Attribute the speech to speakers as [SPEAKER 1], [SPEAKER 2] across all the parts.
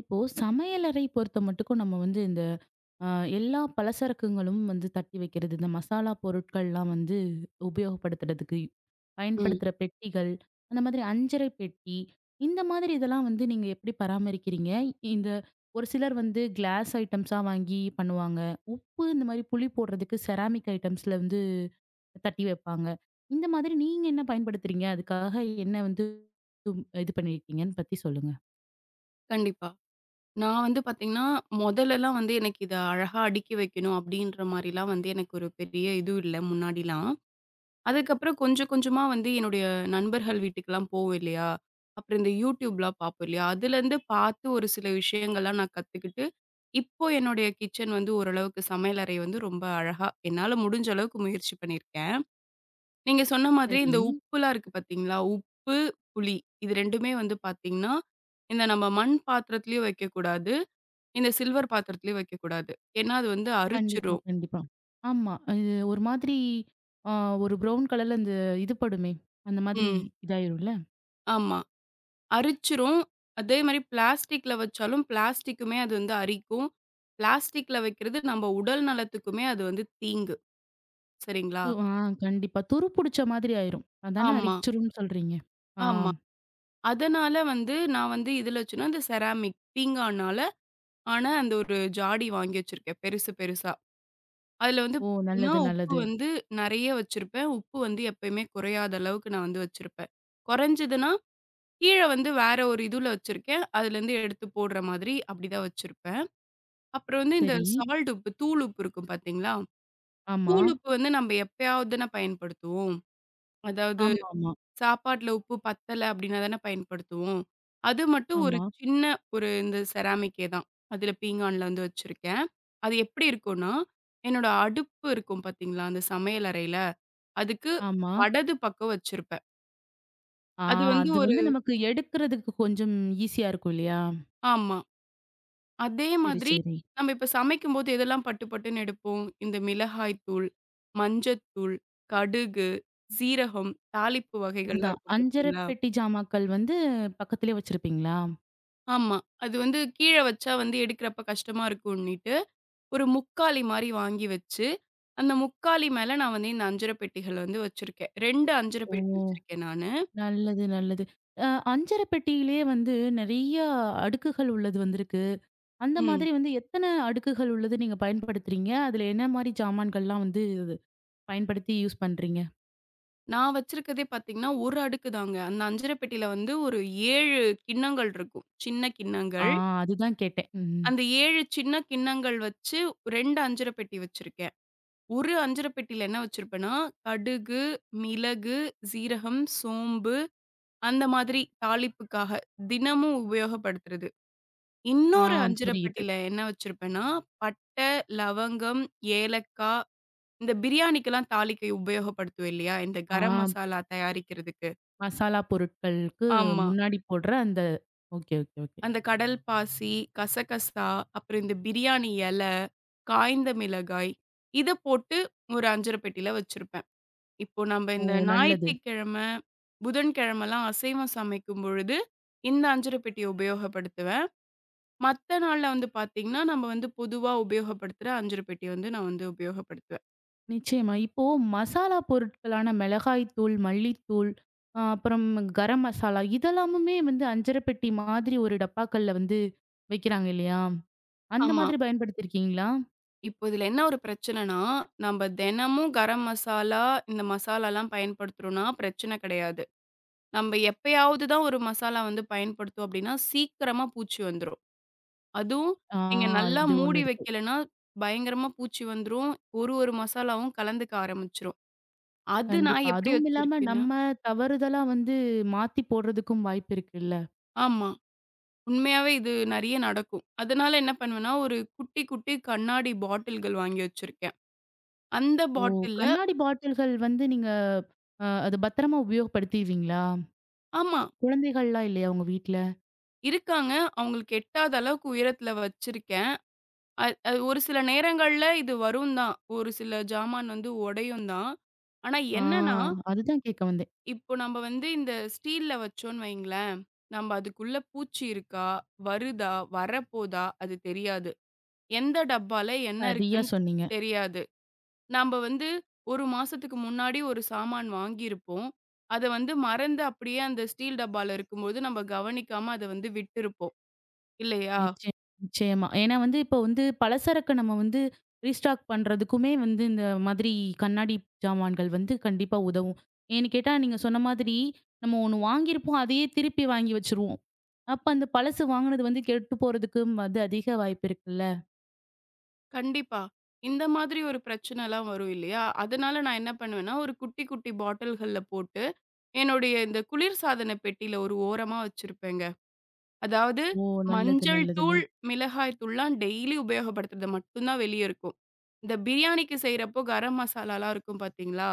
[SPEAKER 1] இப்போ சமையலறை பொறுத்த மட்டுக்கும் நம்ம வந்து இந்த ஆ, எல்லா பலசரக்குங்களும் வந்து தட்டி வைக்கிறது, இந்த மசாலா பொருட்கள்லாம் வந்து உபயோகப்படுத்துறதுக்கு
[SPEAKER 2] ம்.
[SPEAKER 1] பயன்படுத்துற பெட்டிகள், அந்த மாதிரி அஞ்சறை பெட்டி, இந்த மாதிரி இதெல்லாம் வந்து நீங்க எப்படி பராமரிக்கிறீங்க? இந்த ஒரு சிலர் வந்து கிளாஸ் ஐட்டம்ஸா வாங்கி பண்ணுவாங்க. உப்பு இந்த மாதிரி புளி போடுறதுக்கு செராமிக் ஐட்டம்ஸ்ல வந்து தட்டி வைப்பாங்க. இந்த மாதிரி நீங்க என்ன பயன்படுத்துறீங்க? அதுக்காக என்ன வந்து இது பண்ணியிருக்கீங்கன்னு பத்தி சொல்லுங்க.
[SPEAKER 2] கண்டிப்பா. நான் வந்து பார்த்தீங்கன்னா, மொதலெல்லாம் வந்து எனக்கு இத அழகா அடுக்கி வைக்கணும் அப்டின்ற மாரிலாம் வந்து எனக்கு ஒரு பெரிய இது இல்ல முன்னாடிலாம். அதுக்கப்புறம் கொஞ்சம் கொஞ்சமா வந்து என்னுடைய நண்பர்கள் வீட்டுக்குலாம் போவோம் இல்லையா? அப்புறம் இந்த YouTubeலாம் பார்ப்போம் இல்லையா? அதுலேருந்து பார்த்து ஒரு சில விஷயங்கள்லாம் நான் கத்துக்கிட்டு, இப்போ என்னுடைய கிச்சன் வந்து ஓரளவுக்கு சமையலறை வந்து ரொம்ப அழகா என்னால முடிஞ்ச அளவுக்கு முயற்சி பண்ணியிருக்கேன். நீங்க சொன்ன மாதிரி
[SPEAKER 1] சரி.
[SPEAKER 2] இந்த உப்புலாம் இருக்கு பார்த்தீங்களா? உப்பு, புளி இது 2மே வந்து பார்த்தீங்கன்னா, இந்த நம்ம மண் பாத்திரத்திலயும் வைக்கக்கூடாது. இந்த சில்வர் பாத்திரத்திலயும் வைக்கக்கூடாது. ஏன்னா, அது வந்து
[SPEAKER 1] கண்டிப்பா,
[SPEAKER 2] அரிச்சிரும்.
[SPEAKER 1] கண்டிப்பா. ஆமா. இது ஒரு மாதிரி ஆ, ஒரு ப்ரவுன் கலர்ல இந்த இது படுமே. அந்த மாதிரி
[SPEAKER 2] ம்.
[SPEAKER 1] இதாயிரும்ல.
[SPEAKER 2] ஆமா. அரிச்சிரும். அதே மாரி பிளாஸ்டிக்ல வச்சாலும் பிளாஸ்டிக்குமே அது வந்து அரிக்கும். பிளாஸ்டிக்ல வைக்கிறது நம்ம உடல் நலத்துக்குமே அது வந்து தீங்கு. சரிங்களா?
[SPEAKER 1] து ஆ கண்டிப்பா. துரு புடிச்ச மாதிரி ஆயிரும். அதானே
[SPEAKER 2] ஆமா,
[SPEAKER 1] அரிச்சிரும்னு சொல்றீங்க? ஆ.
[SPEAKER 2] ஆமா. அதனால வந்து நான் வந்து இதுல வச்சுன்னா இந்த செராமிக் தீங்கானால ஆனா அந்த ஒரு ஜாடி வாங்கி வச்சிருக்கேன் பெருசு பெருசா. அதுல வந்து
[SPEAKER 1] ஓ!
[SPEAKER 2] பார்த்தீங்கன்னா,
[SPEAKER 1] நல்லது,
[SPEAKER 2] உப்பு
[SPEAKER 1] நல்லது.
[SPEAKER 2] வந்து நெறைய வச்சிருப்பேன். உப்பு வந்து எப்பயுமே குறையாத அளவுக்கு நான் வந்து வச்சிருப்பேன். குறைஞ்சதுன்னா, கீழ வந்து வேற ஒரு இதுல வச்சிருக்கேன். அதுலேருந்து எடுத்து போடுற மாதிரி அப்படிதான் வச்சிருப்பேன். அப்புறம் வந்து இந்த
[SPEAKER 1] சரி.
[SPEAKER 2] சால்ட் உப்பு, தூள் உப்பு இருக்கும் பார்த்தீங்களா?
[SPEAKER 1] ஆமா.
[SPEAKER 2] தூள் உப்பு வந்து நம்ம எப்பயாவது தான பயன்படுத்துவோம். அதாவது
[SPEAKER 1] ஆமாமா.
[SPEAKER 2] சாப்பாட்ல உப்பு பத்தல அப்படின்னா தானே பயன்படுத்துவோம். அது மட்டும் ஒரு
[SPEAKER 1] ஆமா, ஆமா.
[SPEAKER 2] சின்ன ஒரு இந்த செராமிக்கே தான். அதுல பீங்கான்ல வந்து வச்சிருக்கேன். அது எப்படி இருக்கும்னா, என்னோட அடுப்பு இருக்கும் பார்த்தீங்களா, அந்த சமையல் அறையில, அதுக்கு
[SPEAKER 1] ஆமா.
[SPEAKER 2] வடது பக்கம் வச்சிருப்பேன்.
[SPEAKER 1] ஆ,
[SPEAKER 2] அது வந்து
[SPEAKER 1] அது
[SPEAKER 2] ஒரு
[SPEAKER 1] வந்து நமக்கு எடுக்குறதுக்கு கொஞ்சம் ஈஸியா இருக்கும் இல்லையா?
[SPEAKER 2] ஆமா. அதே
[SPEAKER 1] சரி,
[SPEAKER 2] மாதிரி
[SPEAKER 1] சரி.
[SPEAKER 2] நம்ம இப்ப சமைக்கும்போது எதெல்லாம் பட்டு பட்டுன்னு எடுப்போம்? இந்த மிளகாய் தூள், மஞ்சத்தூள், கடுகு, சீரகம், தாளிப்பு வகைகள்லாம்
[SPEAKER 1] அதுதான்.
[SPEAKER 2] இருக்கும்
[SPEAKER 1] அஞ்சர
[SPEAKER 2] பார்த்தீங்களா?
[SPEAKER 1] பெட்டி ஜாமாக்கள் வந்து பக்கத்திலேயே வச்சிருப்பீங்களா?
[SPEAKER 2] ஆமா. அது வந்து கீழ வச்சா வந்து எடுக்கிறப்ப கஷ்டமா இருக்கும்ன்னிட்டு, ஒரு முக்காலி மாரி வாங்கி வச்சு, அந்த முக்காலி மேல நான் வந்து இந்த அஞ்சர பெட்டிகள வந்து வச்சிருக்கேன். 2 அஞ்சர
[SPEAKER 1] ஓ!
[SPEAKER 2] பெட்டி வச்சிருக்கேன் நானு.
[SPEAKER 1] நல்லது, நல்லது. அ அஞ்சர பெட்டியிலேயே வந்து நெறைய அடுக்குகள் உள்ளது வந்திருக்கு. அந்த
[SPEAKER 2] ம்.
[SPEAKER 1] மாதிரி வந்து எத்தன அடுக்குகள் உள்ளது நீங்க பயன்படுத்துறீங்க? அதுல என்ன மாரி ஜாமான்கள்லாம் வந்து பயன்படுத்தி யூஸ் பண்றீங்க?
[SPEAKER 2] நான் வச்சிருக்கதே பார்த்தீங்கன்னா, 1 அடுக்கு தாங்க. அந்த அஞ்சர பெட்டியில வந்து ஒரு 7 கிண்ணங்கள் இருக்கும். சின்ன
[SPEAKER 1] ஆ,
[SPEAKER 2] கிண்ணங்கள்.
[SPEAKER 1] அதுதான் கேட்டேன். ம்.
[SPEAKER 2] அந்த 7 சின்ன கிண்ணங்கள் வச்சு 2 அஞ்சர பெட்டி வச்சிருக்கேன். ஒரு அஞ்சர பெட்டியில என்ன வச்சிருப்பேன்னா, கடுகு, மிளகு, சீரகம், சோம்பு அந்த மாதிரி தாளிப்புக்காக தினமும் உபயோகப்படுத்துறது.
[SPEAKER 1] ஆ,
[SPEAKER 2] இன்னொரு
[SPEAKER 1] புரியுது.
[SPEAKER 2] அஞ்சரப்பெட்டியில என்ன வச்சிருப்பேன்னா, பட்டை, லவங்கம், ஏலக்காய் இந்த பிரியாணிக்கெல்லாம் தாளிக்க உபயோகப்படுத்துவேன் இல்லையா? இந்த
[SPEAKER 1] ஆ,
[SPEAKER 2] கரம் மசாலா தயாரிக்கிறதுக்கு.
[SPEAKER 1] மசாலா பொருட்களுக்கு
[SPEAKER 2] ஆமா.
[SPEAKER 1] முன்னாடி போடுற அந்த ஓகே, ஓகே, ஓகே.
[SPEAKER 2] அந்த கடல் பாசி, கசகசா, அப்புறம் இந்த பிரியாணி இலை, காய்ந்த மிளகாய் இத போட்டு ஒரு அஞ்சரப்பெட்டியில வச்சிருப்பேன். இப்போ நம்ம
[SPEAKER 1] ஓ!
[SPEAKER 2] இந்த
[SPEAKER 1] நல்லது.
[SPEAKER 2] ஞாயிற்றுக்கிழமை, புதன்கிழமைலாம் அசைவம் சமைக்கும் பொழுது இந்த அஞ்சரப்பெட்டிய உபயோகப்படுத்துவேன். மத்த நாள்ல வந்து பார்த்தீங்கன்னா, நம்ம வந்து பொதுவா உபயோகப்படுத்துற அஞ்சர பெட்டிய வந்து நான் வந்து உபயோகப்படுத்துவேன்.
[SPEAKER 1] நிச்சயமா. இப்போ மசாலா பொருட்களான மிளகாய்த்தூள், மல்லித்தூள், அப்புறம் கரம் மசாலா இதெல்லாமுமே வந்து அஞ்சர பெட்டி மாதிரி ஒரு டப்பாக்கள்ல வந்து வைக்கிறாங்க இல்லையா? அந்த
[SPEAKER 2] ஆமா.
[SPEAKER 1] மாதிரி பயன்படுத்தியிருக்கீங்களா?
[SPEAKER 2] இப்போ இதுல என்ன ஒரு பிரச்சனைன்னா, நம்ம தினமும் கரம் மசாலா, இந்த மசாலாலாம் பயன்படுத்துறோம்னா பிரச்சனை கிடையாது. நம்ம எப்பயாவது தான் ஒரு மசாலா வந்து பயன்படுத்துவோம் அப்படின்னா, சீக்கிரமா பூச்சி வந்துரும். அதுவும்
[SPEAKER 1] ஆ,
[SPEAKER 2] நீங்க நல்லா
[SPEAKER 1] அது ஒண்ணு
[SPEAKER 2] மூடி
[SPEAKER 1] இருக்கு.
[SPEAKER 2] வைக்கலன்னா, பயங்கரமா பூச்சி வந்துரும். ஒரு ஒரு மசாலாவும் கலந்துக்க ஆரம்பிச்சுரும். அது நான்
[SPEAKER 1] கண்டிப்பா.
[SPEAKER 2] எப்படி
[SPEAKER 1] அதுவும் இல்லாம
[SPEAKER 2] வச்சிருக்கேன்னா
[SPEAKER 1] நம்ம தவறுதலா வந்து மாத்தி போடுறதுக்கும் வாய்ப்பு இருக்குல்ல.
[SPEAKER 2] ஆமா. உண்மையாவே இது நெறைய நடக்கும். அதனால என்ன பண்ணுவேன்னா, ஒரு குட்டி, குட்டி கண்ணாடி பாட்டில்கள் வாங்கி வச்சிருக்கேன். அந்த
[SPEAKER 1] ஓ!
[SPEAKER 2] பாட்டில்ல
[SPEAKER 1] கண்ணாடி பாட்டில்கள் வந்து நீங்க அத பத்திரமா உபயோகப்படுத்திருவீங்களா?
[SPEAKER 2] ஆமா.
[SPEAKER 1] குழந்தைகள்லாம் இல்லையா உங்க வீட்ல?
[SPEAKER 2] இருக்காங்க. அவங்களுக்கு எட்டாத அளவுக்கு உயரத்துல வச்சிருக்கேன். அது ஒரு சில நேரங்கள்ல இது வரும் தான். ஒரு சில ஜாமான் வந்து உடையும் தான். ஆனா
[SPEAKER 1] ஆ,
[SPEAKER 2] என்னன்னா,
[SPEAKER 1] அதுதான் கேட்க வந்தேன்.
[SPEAKER 2] இப்போ நம்ம வந்து இந்த ஸ்டீல்ல வச்சோன்னு வைங்களேன், நம்ம அதுக்குள்ள பூச்சி இருக்கா? வருதா? வரப்போதா? அது தெரியாது. எந்த டப்பால என்ன
[SPEAKER 1] சரியா
[SPEAKER 2] இருக்குன்னு
[SPEAKER 1] சொன்னீங்க.
[SPEAKER 2] தெரியாது. நம்ப வந்து 1 மாசத்துக்கு முன்னாடி ஒரு சாமான் வாங்கியிருப்போம். அத வந்து மறந்து அப்படியே அந்த ஸ்டீல் டப்பால இருக்கும்போது நம்ம கவனிக்காம அத வந்து விட்டிருப்போம். இல்லையா?
[SPEAKER 1] நிச்சயம் நிச்சயமா. ஏன்னா வந்து இப்போ வந்து பலசரக்கு நம்ம வந்து ரீஸ்டாக் பண்றதுக்குமே வந்து இந்த மாதிரி கண்ணாடி ஜாமான்கள் வந்து கண்டிப்பா உதவும். ஏன்னு கேட்டா நீங்க சொன்ன மாதிரி நம்ம ஒண்ணு வாங்கியிருப்போம். அதையே திருப்பி வாங்கி வச்சுருவோம். அப்ப அந்த பழசு வாங்குனது வந்து கெட்டு போறதுக்கும் வந்து அதிக வாய்ப்பு இருக்குல்ல.
[SPEAKER 2] கண்டிப்பா. இந்த மாதிரி ஒரு பிரச்சனைலாம் வரும் இல்லையா? அதனால நான் என்ன பண்ணுவேன்னா, ஒரு குட்டி குட்டி பாட்டில்கள்ல போட்டு, என்னுடைய இந்த குளிர் சாதன பெட்டியில ஒரு ஓரமா வச்சிருப்பேங்க. அதாவது
[SPEAKER 1] ஓ! நல்லது
[SPEAKER 2] மஞ்சள்
[SPEAKER 1] நல்லதுங்க.
[SPEAKER 2] தூள், மிளகாய் தூள்லாம் டெய்லி உபயோகப்படுத்துறது மட்டும் தான் வெளிய இருக்கும். இந்த பிரியாணிக்கு செய்றப்போ கரம் மசாலாலாம் இருக்கும் பார்த்தீங்களா?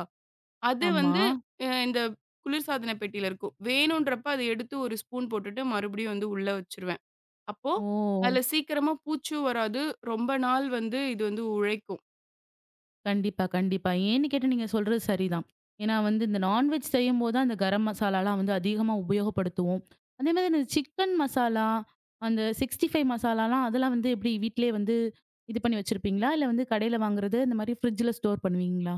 [SPEAKER 2] அது
[SPEAKER 1] ஆமா.
[SPEAKER 2] வந்து இந்த குளிர்சாதன பெட்டியில இருக்கும். வேணுன்றப்ப அத எடுத்து ஒரு ஸ்பூன் போட்டுட்டு மறுபடியும் வந்து உள்ள வச்சுருவேன். அப்போ
[SPEAKER 1] ஓ!
[SPEAKER 2] அதில சீக்கிரமா பூச்சும் வராது. ரொம்ப நாள் வந்து இது வந்து உழைக்கும்.
[SPEAKER 1] கண்டிப்பா, கண்டிப்பா. ஏன்னு கேட்டா நீங்க சொல்றது சரிதான். ஏன்னா வந்து இந்த நான்வெஜ் செய்யும்போது தான் அந்த கரம் மசாலாலாம் வந்து அதிகமா உபயோகப்படுத்துவோம். அதே மாதிரி இந்த சிக்கன் மசாலா, அந்த 65 மசாலாலாம் அதெல்லாம் வந்து எப்படி வீட்லயே வந்து இது பண்ணி வச்சிருப்பீங்களா? இல்ல வந்து கடையில வாங்குறது இந்த மாதிரி ஃப்ரிட்ஜ்ல ஸ்டோர் பண்ணுவீங்களா?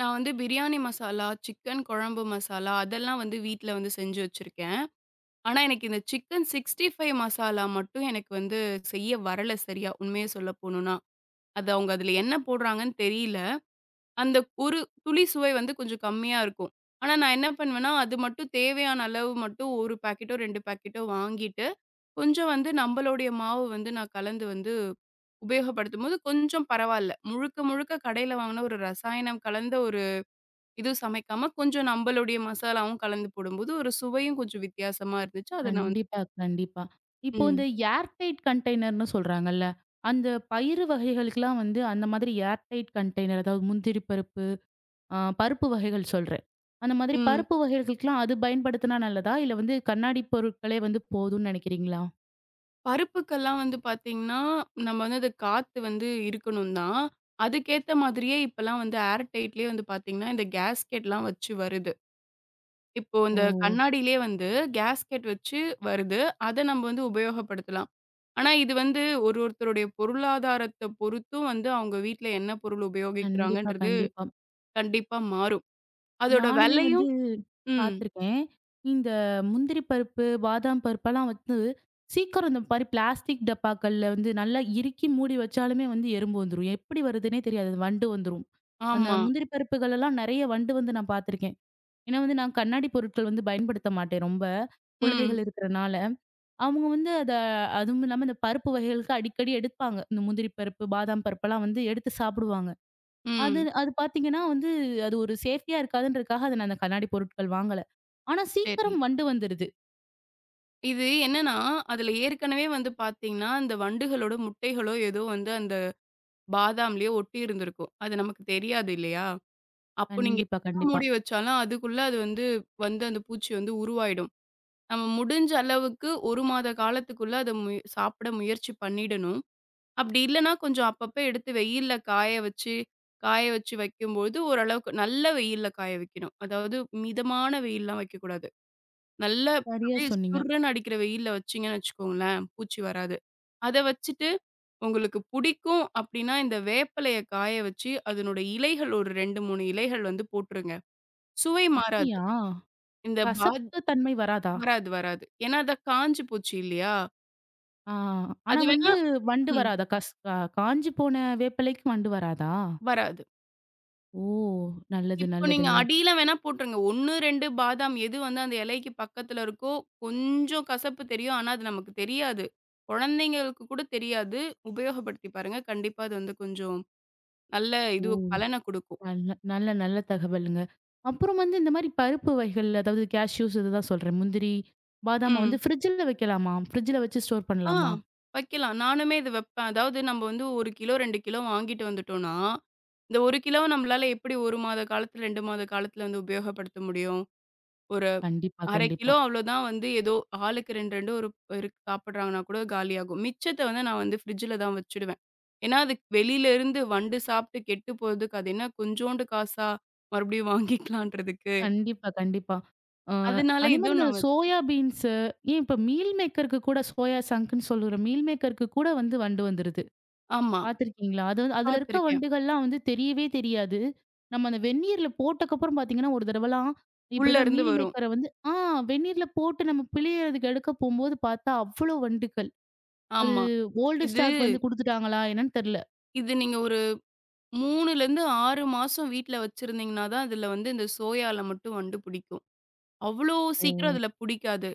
[SPEAKER 2] நான் வந்து பிரியாணி மசாலா, சிக்கன் குழம்பு மசாலா அதெல்லாம் வந்து வீட்ல வந்து செஞ்சு வச்சிருக்கேன். ஆனா, எனக்கு இந்த சிக்கன் 65 மசாலா மட்டும் எனக்கு வந்து செய்ய வரல சரியா, உண்மைய சொல்ல போணும்னா. அது அவங்க அதில என்ன போடுறாங்கன்னு தெரியல. அந்த ஒரு துளி சுவை வந்து கொஞ்சம் கம்மியா இருக்கும். ஆனா, நான் என்ன பண்ணுவேன்னா, அது மட்டும் தேவையான அளவு மட்டும் 1 பாக்கெட்டோ, 2 பாக்கெட்டோ வாங்கிட்டு, கொஞ்சம் வந்து நம்பளுடைய மாவு வந்து நான் கலந்து வந்து உபயோகப்படுத்தும்போது கொஞ்சம் பரவால்ல. முழுக்க முழுக்க கடையில வாங்குன ஒரு ரசாயனம் கலந்த ஒரு இது சமைக்காம, கொஞ்சம் நம்பளுடைய மசாலாவும் கலந்து போடும்போது, ஒரு சுவையும் கொஞ்சம் வித்தியாசமா இருந்துச்சு. அத நான் வந்து
[SPEAKER 1] கண்டிப்பா, கண்டிப்பா. இப்போ
[SPEAKER 2] ம்.
[SPEAKER 1] இந்த ஏர்டைட் கண்டெய்னர்ன்னு சொல்றாங்கல்ல. அந்த பயிறு வகைகளுக்கெல்லாம் வந்து அந்த மாதிரி ஏர்டைட் கண்டெய்னர் அதாவது முந்திரி பருப்பு ஆ, பருப்பு வகைகள் சொல்றேன். அந்த மாதிரி
[SPEAKER 2] ம்.
[SPEAKER 1] பருப்பு வகைகளுக்கெல்லாம் அது பயன்படுத்தினா நல்லதா? இல்ல வந்து கண்ணாடி பொருட்களே வந்து போதும்னு நெனைக்கிறீங்களா?
[SPEAKER 2] பருப்புக்கெல்லாம் வந்து பார்த்தீங்கன்னா, நம்ம வந்து அது காத்து வந்து இருக்கணும் தான். அதுக்கேத்த மாதிரியே இப்பலாம் வந்து ஏர் டைட்லயே வந்து பார்த்தீங்கன்னா, இந்த கேஸ்கெட்லாம் வச்சு வருது. இப்போ
[SPEAKER 1] ஓ!
[SPEAKER 2] இந்த கண்ணாடியிலயே வந்து கேஸ்கெட் வச்சு வருது. அத நம்ம வந்து உபயோகப்படுத்தலாம். ஆனா இது வந்து ஒரு ஒருத்தருடைய பொருளாதாரத்த பொறுத்தும் வந்து அவங்க வீட்ல என்ன பொருள்
[SPEAKER 1] கண்டிப்பா,
[SPEAKER 2] உபயோகிக்கிறாங்கன்றது
[SPEAKER 1] கண்டிப்பா.
[SPEAKER 2] கண்டிப்பா மாறும். அதோட
[SPEAKER 1] நானுமே வந்து
[SPEAKER 2] வெலையும் ம்.
[SPEAKER 1] பார்த்துருக்கேன். இந்த முந்திரி பருப்பு, பாதாம் பருப்பெல்லாம் வந்து சீக்கிரம் இந்த மாரி பிளாஸ்டிக் டப்பாக்கள்ல வந்து நல்லா இறுக்கி மூடி வச்சாலுமே வந்து எறும்பு வந்துரும். எப்படி வருதுன்னே தெரியாது. அது வண்டு வந்துரும். அந்த
[SPEAKER 2] ஆமா.
[SPEAKER 1] முந்திரி பருப்புகள் எல்லாம் நெறைய வண்டு வந்து நான் பார்த்துருக்கேன். ஏன்னா வந்து நான் கண்ணாடி பொருட்கள் வந்து பயன்படுத்த மாட்டேன் ரொம்ப.
[SPEAKER 2] ம்.
[SPEAKER 1] குழந்தைகள் இருக்கிறனால. அவங்க வந்து அத அதுவும் இல்லாம இந்த பருப்பு வகைகளுக்கு அடிக்கடி எடுப்பாங்க. இந்த முந்திரி பருப்பு, பாதாம் பருப்பெல்லாம் வந்து எடுத்து சாப்பிடுவாங்க. அது
[SPEAKER 2] ம்.
[SPEAKER 1] அது பார்த்தீங்கன்னா வந்து அது ஒரு சேஃப்டியா இருக்காதுன்றதுக்காக அத நான் அந்த கண்ணாடி பொருட்கள் வாங்கல. ஆனா
[SPEAKER 2] சரி.
[SPEAKER 1] சீக்கிரம் வண்டு வந்துருது.
[SPEAKER 2] இது என்னன்னா, அதுல ஏற்கனவே வந்து பார்த்தீங்கன்னா, அந்த வண்டுகளோட முட்டைகளோ ஏதோ வந்து அந்த பாதாம்லயோ ஒட்டி இருந்திருக்கும். அது நமக்கு தெரியாது இல்லையா? அப்போ நீங்க
[SPEAKER 1] கண்டிப்பா,
[SPEAKER 2] எவ்வளோ
[SPEAKER 1] கண்டிப்பா.
[SPEAKER 2] மூடி வச்சாலும் அதுக்குள்ள அது வந்து வந்து அந்த பூச்சி வந்து உருவாயிடும். நம்ம முடிஞ்ச அளவுக்கு 1 மாத காலத்துக்குள்ள அத சாப்பிட முயற்சி பண்ணிடணும். அப்படி இல்லன்னா கொஞ்சம் அப்பப்ப எடுத்து வெயில்ல காய வச்சு வைக்கும்போது ஓரளவுக்கு நல்ல வெயில்ல காய வைக்கணும். அதாவது மிதமான வெயில்லாம் வைக்கக்கூடாது. நல்ல
[SPEAKER 1] சரியா
[SPEAKER 2] அப்படியே
[SPEAKER 1] சொன்னீங்க.
[SPEAKER 2] சுர்ருன்னு அடிக்கிற வெயில்ல வச்சீங்கன்னு வச்சுக்கோங்களேன், பூச்சி வராது. அத வச்சுட்டு உங்களுக்கு புடிக்கும் அப்படின்னா, இந்த வேப்பிலைய காய வச்சு அதனோட இலைகள் ஒரு 2, 3 இலைகள் வந்து போட்டுருங்க. சுவை மாறாது.
[SPEAKER 1] அப்படியா?
[SPEAKER 2] இந்த பாத்
[SPEAKER 1] கசப்பு தன்மை வராதா?
[SPEAKER 2] வராது, வராது. ஏன்னா அது காஞ்சு போச்சு இல்லையா?
[SPEAKER 1] ஆ. ஆனா
[SPEAKER 2] அது வேணா
[SPEAKER 1] வந்து வண்டு
[SPEAKER 2] ம்
[SPEAKER 1] வராதா? கஸ் கா காஞ்சு போன வேப்பிலைக்கு வண்டு வராதா?
[SPEAKER 2] வராது.
[SPEAKER 1] ஓ! நல்லது,
[SPEAKER 2] இப்போ நீங்க
[SPEAKER 1] நல்லதுங்க.
[SPEAKER 2] அடியில வேணா போட்டுருங்க. 1, 2 பாதாம் எது வந்து அந்த இலைக்கு பக்கத்துல இருக்கோ, கொஞ்சம் கசப்பு தெரியும். ஆனா அது நமக்கு தெரியாது. குழந்தைங்களுக்கு கூட தெரியாது. உபயோகப்படுத்தி பாருங்க. கண்டிப்பா அது வந்து கொஞ்சம் நல்ல
[SPEAKER 1] ஓ!
[SPEAKER 2] இது பலன குடுக்கும்.
[SPEAKER 1] நல்ல நல்ல நல்ல தகவலுங்க. அப்புறம் வந்து இந்த மாரி பருப்பு வகைகள்ல அதாவது கேஷ்யூஸ் இதுதான் சொல்றேன். முந்திரி, பாதாம
[SPEAKER 2] ம்.
[SPEAKER 1] வந்து ஃப்ரிட்ஜ்ல வைக்கலாமா? ஃப்ரிட்ஜ்ல வச்சு ஸ்டோர்
[SPEAKER 2] ஆ
[SPEAKER 1] பண்ணலாமா?
[SPEAKER 2] வைக்கலாம். நானுமே இது வைப்பேன். அதாவது நம்ம வந்து 1 கிலோ 2 கிலோ வாங்கிட்டு வந்துட்டோம்னா, இந்த 1 கிலோவ நம்மளால எப்படி 1 மாத காலத்துல, 2 மாத காலத்துல வந்து உபயோகப்படுத்த முடியும்? ஒரு
[SPEAKER 1] கண்டிப்பா,
[SPEAKER 2] 1/2
[SPEAKER 1] கண்டிப்பா.
[SPEAKER 2] கிலோ அவ்வளோதான் வந்து ஏதோ ஆளுக்கு 2, 2 ஒரு இருக்கு சாப்பிடுறாங்கன்னா கூட காலியாகும். மிச்சத்த வந்து நான் வந்து ஃப்ரிட்ஜில தான் வச்சுடுவேன். ஏன்னா, அது வெளியிலருந்து வண்டு சாப்பிட்டு கெட்டு போறதுக்கு அது என்ன கொஞ்சோண்டு காசா மறுபடியும் வாங்கிக்கலான்றதுக்கு.
[SPEAKER 1] கண்டிப்பா, கண்டிப்பா. அ
[SPEAKER 2] அதனால
[SPEAKER 1] அதே மாரி
[SPEAKER 2] இதுவும்
[SPEAKER 1] இந்த
[SPEAKER 2] நான் வச்சு
[SPEAKER 1] சோயா பீன்ஸு ஏன் இப்ப மீல் மேக்கருக்கு கூட சோயா சங்க்ன்னு சொல்லுற மீல் மேக்கருக்கு கூட வந்து வண்டு வந்துருது.
[SPEAKER 2] ஆமா.
[SPEAKER 1] பார்த்துருக்கீங்களா? அது வந்து அதுல இருக்க
[SPEAKER 2] பார்த்துருக்கேன்.
[SPEAKER 1] வண்டுகள்லாம் வந்து தெரியவே தெரியாது. நம்ம அந்த வெந்நீர்ல போட்டக்கப்புறம் பார்த்தீங்கன்னா, ஒரு தடவலாம் இப்படிதான்
[SPEAKER 2] உள்ளருந்து
[SPEAKER 1] மீல்
[SPEAKER 2] வரும்.
[SPEAKER 1] மேக்கர வந்து ஆ, வெந்நீர்ல போட்டு நம்ம பிழியறதுக்கு எடுக்க போம்போது பார்த்தா, அவ்வளோ வண்டுகள். அது
[SPEAKER 2] ஆமா.
[SPEAKER 1] ஓல்டு
[SPEAKER 2] இது
[SPEAKER 1] ஸ்டாக் வந்து குடுத்துட்டாங்களா என்னன்னு தெர்ல.
[SPEAKER 2] இது நீங்க ஒரு 3லேருந்து 6 மாசம் வீட்ல வச்சிருந்தீங்கன்னா தான், அதுல வந்து இந்த சோயால மட்டும் வண்டு பிடிக்கும். அவ்ளோ
[SPEAKER 1] ஓ!
[SPEAKER 2] சீக்கிரம் அதுல பிடிக்காது.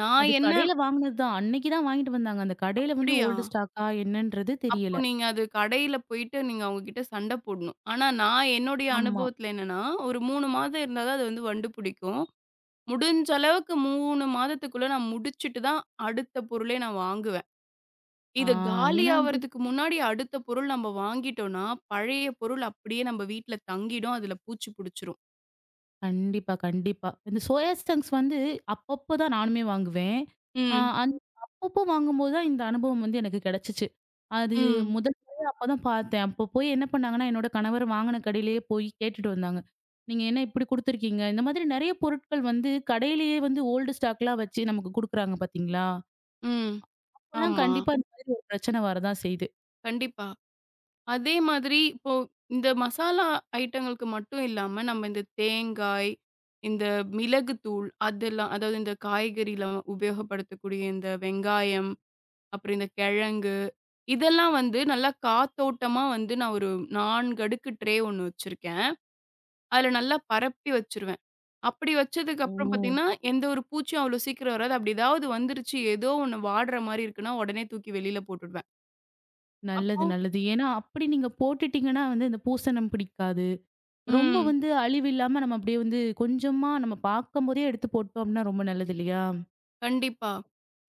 [SPEAKER 2] நான்
[SPEAKER 1] அது
[SPEAKER 2] என்ன
[SPEAKER 1] கடையில வாங்குனது தான். அன்னைக்கு தான் வாங்கிட்டு வந்தாங்க. அந்த கடையில வந்து
[SPEAKER 2] அப்படியா?
[SPEAKER 1] ஓல்டு ஸ்டாக்கா என்னன்றது
[SPEAKER 2] அப்போ
[SPEAKER 1] தெரியல.
[SPEAKER 2] நீங்க அது கடையில போயிட்டு நீங்க அவங்க கிட்ட சண்ட போடணும். ஆனா நான் என்னுடைய
[SPEAKER 1] ஆமா.
[SPEAKER 2] அனுபவத்துல என்னன்னா, ஒரு 3 மாதம் இருந்தா தான் அது வந்து வண்டு பிடிக்கும். முடிஞ்ச அளவுக்கு 3 மாதத்துக்குள்ள நான் முடிச்சுட்டு தான் அடுத்த பொருளே நான் வாங்குவேன்.
[SPEAKER 1] ஆ,
[SPEAKER 2] இது
[SPEAKER 1] ஏன்னா
[SPEAKER 2] காலியாவறதுக்கு முன்னாடி அடுத்த பொருள் நம்ம வாங்கிட்டோம்னா, பழைய பொருள் அப்படியே நம்ம வீட்ல தங்கிடும். அதுல பூச்சி புடிச்சிரும்.
[SPEAKER 1] கண்டிப்பா, கண்டிப்பா. இந்த சோயா சங்க்ஸ் வந்து அப்பப்போ தான் நானுமே வாங்குவேன். அ
[SPEAKER 2] ம்.
[SPEAKER 1] அந் அப்பப்போ வாங்கும்போது தான் இந்த அனுபவம் வந்து எனக்கு கிடைச்சுச்சு. அது
[SPEAKER 2] ம்.
[SPEAKER 1] முதல் முறையா அப்ப தான் பார்த்தேன். அப்போ போய் என்ன பண்ணாங்கன்னா, என்னோட கணவர் வாங்குன கடையிலேயே போய் கேட்டுட்டு வந்தாங்க. "நீங்க என்ன இப்படி குடுத்துருக்கீங்க?" இந்த மாதிரி நெறைய பொருட்கள் வந்து கடையிலேயே வந்து ஓல்டு ஸ்டாக்லாம் வச்சு நமக்கு குடுக்குறாங்க பார்த்தீங்களா?
[SPEAKER 2] ம்.
[SPEAKER 1] அப்பலாம்
[SPEAKER 2] ஆமா.
[SPEAKER 1] கண்டிப்பா இந்த மாதிரி ஒரு பிரச்சனை வரதான் செய்யுது.
[SPEAKER 2] கண்டிப்பா. அதே மாதிரி இப்போ இந்த மசாலா ஐட்டங்களுக்கு மட்டும் இல்லாம, நம்ம இந்த தேங்காய், இந்த மிளகு தூள் அதெல்லாம் அதாவது இந்த காய்கறில உபயோகப்படுத்தக்கூடிய இந்த வெங்காயம், அப்புறம் இந்த கிழங்கு, இதெல்லாம் வந்து நல்லா காத்தோட்டமா வந்து நான் ஒரு 4 அடுக்கு ட்ரே ஒண்ணு வச்சிருக்கேன். அதுல நல்லா பரப்பி வச்சுருவேன். அப்படி வச்சதுக்கு அப்புறம்
[SPEAKER 1] ஓ!
[SPEAKER 2] பார்த்தீங்கன்னா, எந்த ஒரு பூச்சியும் அவ்வளோ சீக்கிரம் வராது. அப்படி ஏதாவது வந்துருச்சு, ஏதோ ஒண்ணு வாடுற மாரி இருக்குன்னா, உடனே தூக்கி வெளியில போட்டுடுவேன். அப்போ
[SPEAKER 1] நல்லது, நல்லது. ஏன்னா அப்படி நீங்க போட்டுட்டீங்கன்னா வந்து இந்த பூசணம் பிடிக்காது. ரொம்ப
[SPEAKER 2] ம்.
[SPEAKER 1] வந்து அழிவில்லாம நம்ம அப்படியே வந்து கொஞ்சமா நம்ம பார்க்கும்போதே எடுத்து போட்டோம் அப்படின்னா ரொம்ப நல்லது இல்லையா?
[SPEAKER 2] கண்டிப்பா.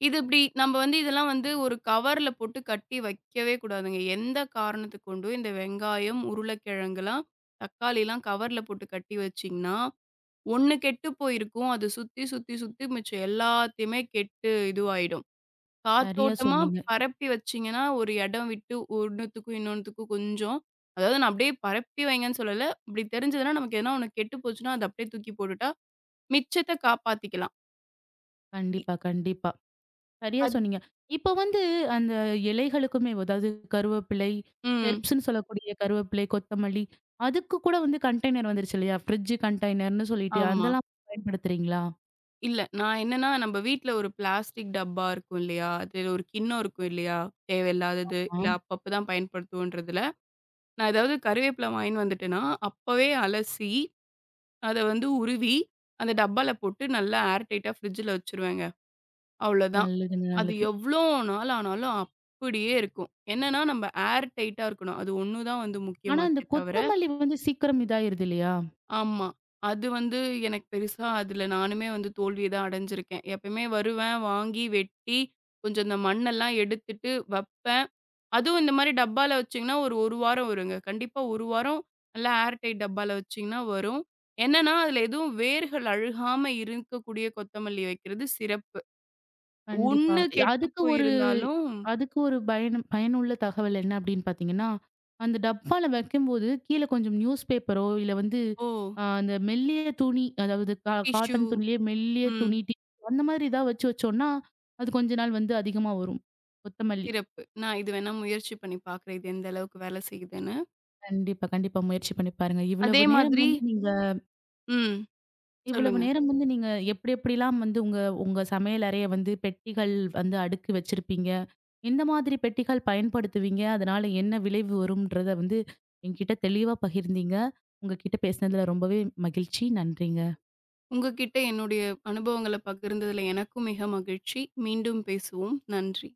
[SPEAKER 2] இது இப்படி நம்ம வந்து இதெல்லாம் வந்து ஒரு கவர்ல போட்டு கட்டி வைக்கவே கூடாதுங்க. எந்த காரணத்துக் கொண்டும் இந்த வெங்காயம், உருளைக்கிழங்குலாம், தக்காளிலாம் கவர்ல போட்டு கட்டி வச்சீங்கன்னா, ஒண்ணு கெட்டு போயிருக்கும். அது சுத்தி, சுத்தி, சுத்தி மிச்சம் எல்லாத்தையுமே கெட்டு இதுவாயிடும்.
[SPEAKER 1] சரியா
[SPEAKER 2] காத்தோட்டமா
[SPEAKER 1] சொன்னீங்க.
[SPEAKER 2] பரப்பி வச்சீங்கன்னா, ஒரு இடம் விட்டு ஒண்ணுத்துக்கும், இன்னொன்னுத்துக்கும் கொஞ்சம் அதாவது நான் அப்படியே பரப்பி வைங்கன்னு சொல்லல. இப்படி தெரிஞ்சதுன்னா நமக்கு எதுனா ஒண்ணு கெட்டு போச்சுன்னா, அத அப்படியே தூக்கி போட்டுட்டா, மிச்சத்த காப்பாத்திக்கலாம். இ
[SPEAKER 1] கண்டிப்பா, கண்டிப்பா. சரியா
[SPEAKER 2] அத்
[SPEAKER 1] சொன்னீங்க. இப்ப வந்து அந்த இலைகளுக்குமே அதாவது கருவேப்பிலை,
[SPEAKER 2] ம்.
[SPEAKER 1] ஹெர்ப்ஸ்ன்னு சொல்லக்கூடிய கருவேப்பிலை, கொத்தமல்லி அதுக்கு கூட வந்து கண்டெய்னர் வந்துருச்சு இல்லையா? ஃப்ரிட்ஜ் கண்டெய்னர்ன்னு சொல்லிட்டு
[SPEAKER 2] ஆமா.
[SPEAKER 1] அதெல்லாம் பயன்படுத்துறீங்களா?
[SPEAKER 2] இல்ல. நான் என்னன்னா, நம்ம வீட்ல ஒரு பிளாஸ்டிக் டப்பா இருக்கும் இல்லையா? அதுல ஒரு கிண்ணம் இருக்கும் இல்லையா? தேவையில்லாதது,
[SPEAKER 1] ஆ,
[SPEAKER 2] இல்ல அப்பப்ப தான் பயன்படுத்துவோன்றதுல, நான் ஏதாவது கருவேப்பிலை வாங்கின்னு வந்துட்டேன்னா, அப்பவே அலசி, அத வந்து உருவி, அந்த டப்பால போட்டு நல்லா ஏர் டைட்டா ஃப்ரிட்ஜ்ல வச்சுருவேங்க. அவ்வளோதான்.
[SPEAKER 1] நல்லதுங்க,
[SPEAKER 2] அது
[SPEAKER 1] நல்லது.
[SPEAKER 2] எவ்ளோ நாள் ஆனாலும் அப்படியே இருக்கும். என்னன்னா, நம்ம ஏர் டைட்டா இருக்கணும். அது ஒண்ணு தான் வந்து
[SPEAKER 1] ஆனா இந்த
[SPEAKER 2] முக்கியமாச்சே தவிர
[SPEAKER 1] கொத்தமல்லி வந்து சீக்கிரம் இதாயிருது இல்லையா?
[SPEAKER 2] ஆமா. அது வந்து எனக்கு பெருசா அதில நானுமே வந்து தோல்விய தான் அடைஞ்சிருக்கேன். எப்பயுமே வருவேன், வாங்கி வெட்டி, கொஞ்சம் இந்த மண்ணெல்லாம் எடுத்துட்டு வப்பேன். அதுவும் இந்த மாரி டப்பால வச்சீங்கன்னா, ஒரு 1 வாரம் வருங்க. கண்டிப்பா 1 வாரம் நல்லா ஏர் டைட் டப்பால வச்சீங்கன்னா வரும். என்னன்னா, அதில எதுவும் வேர்கள் அழுகாம இருக்கக்கூடிய கொத்தமல்லி வைக்கிறது சிறப்பு.
[SPEAKER 1] கண்டிப்பா.
[SPEAKER 2] ஒண்ணு கெட்டு
[SPEAKER 1] அதுக்கு ஒரு
[SPEAKER 2] போயிருந்தாலும்
[SPEAKER 1] அதுக்கு ஒரு பயனும் பயனுள்ள தகவல் என்ன அப்படின்னு பார்த்தீங்கன்னா, அந்த டப்பால வைக்கும்போது கீழ கொஞ்சம் நியூஸ் பேப்பரோ, இல்ல வந்து
[SPEAKER 2] ஓ!
[SPEAKER 1] அந்த மெல்லிய துணி, அதாவது
[SPEAKER 2] டிஷ்யூ
[SPEAKER 1] காட்டன் துணியிலேயே மெல்லிய
[SPEAKER 2] ம்.
[SPEAKER 1] துணி, அந்த மாதிரி ஏதாவது வச்சு வச்சோம்னா, அது கொஞ்ச நாள் வந்து அதிகமா வரும். கொத்தமல்லி.
[SPEAKER 2] சிறப்பு. நான் இது வேணா முயற்சி பண்ணி பார்க்குறேன். இது எந்த அளவுக்கு வேலை செய்யுதுன்னு.
[SPEAKER 1] கண்டிப்பா, கண்டிப்பா. முயற்சி பண்ணி பாருங்க.
[SPEAKER 2] அதே
[SPEAKER 1] இவ்வளவு நேரம்
[SPEAKER 2] மாதிரி
[SPEAKER 1] வந்து நீங்க
[SPEAKER 2] ம்.
[SPEAKER 1] இவ்வளவு
[SPEAKER 2] சொல்லுங்க.
[SPEAKER 1] நேரம் வந்து நீங்க எப்படி எப்படிலாம் வந்து உங்க உங்க சமையல் அறைய வந்து பெட்டிகள் வந்து அடுக்கி வச்சிருப்பீங்க. எந்த மாதிரி பெட்டிகள் பயன்படுத்துவீங்க? அதனால என்ன விளைவு வரும்ன்றத வந்து என்கிட்ட தெளிவா பகிர்ந்தீங்க. உங்ககிட்ட பேசினதுல ரொம்பவே மகிழ்ச்சி. நன்றிங்க.
[SPEAKER 2] உங்ககிட்ட என்னுடைய அனுபவங்கள பகிர்ந்ததுல எனக்கும் மிக மகிழ்ச்சி. மீண்டும் பேசுவோம். நன்றி.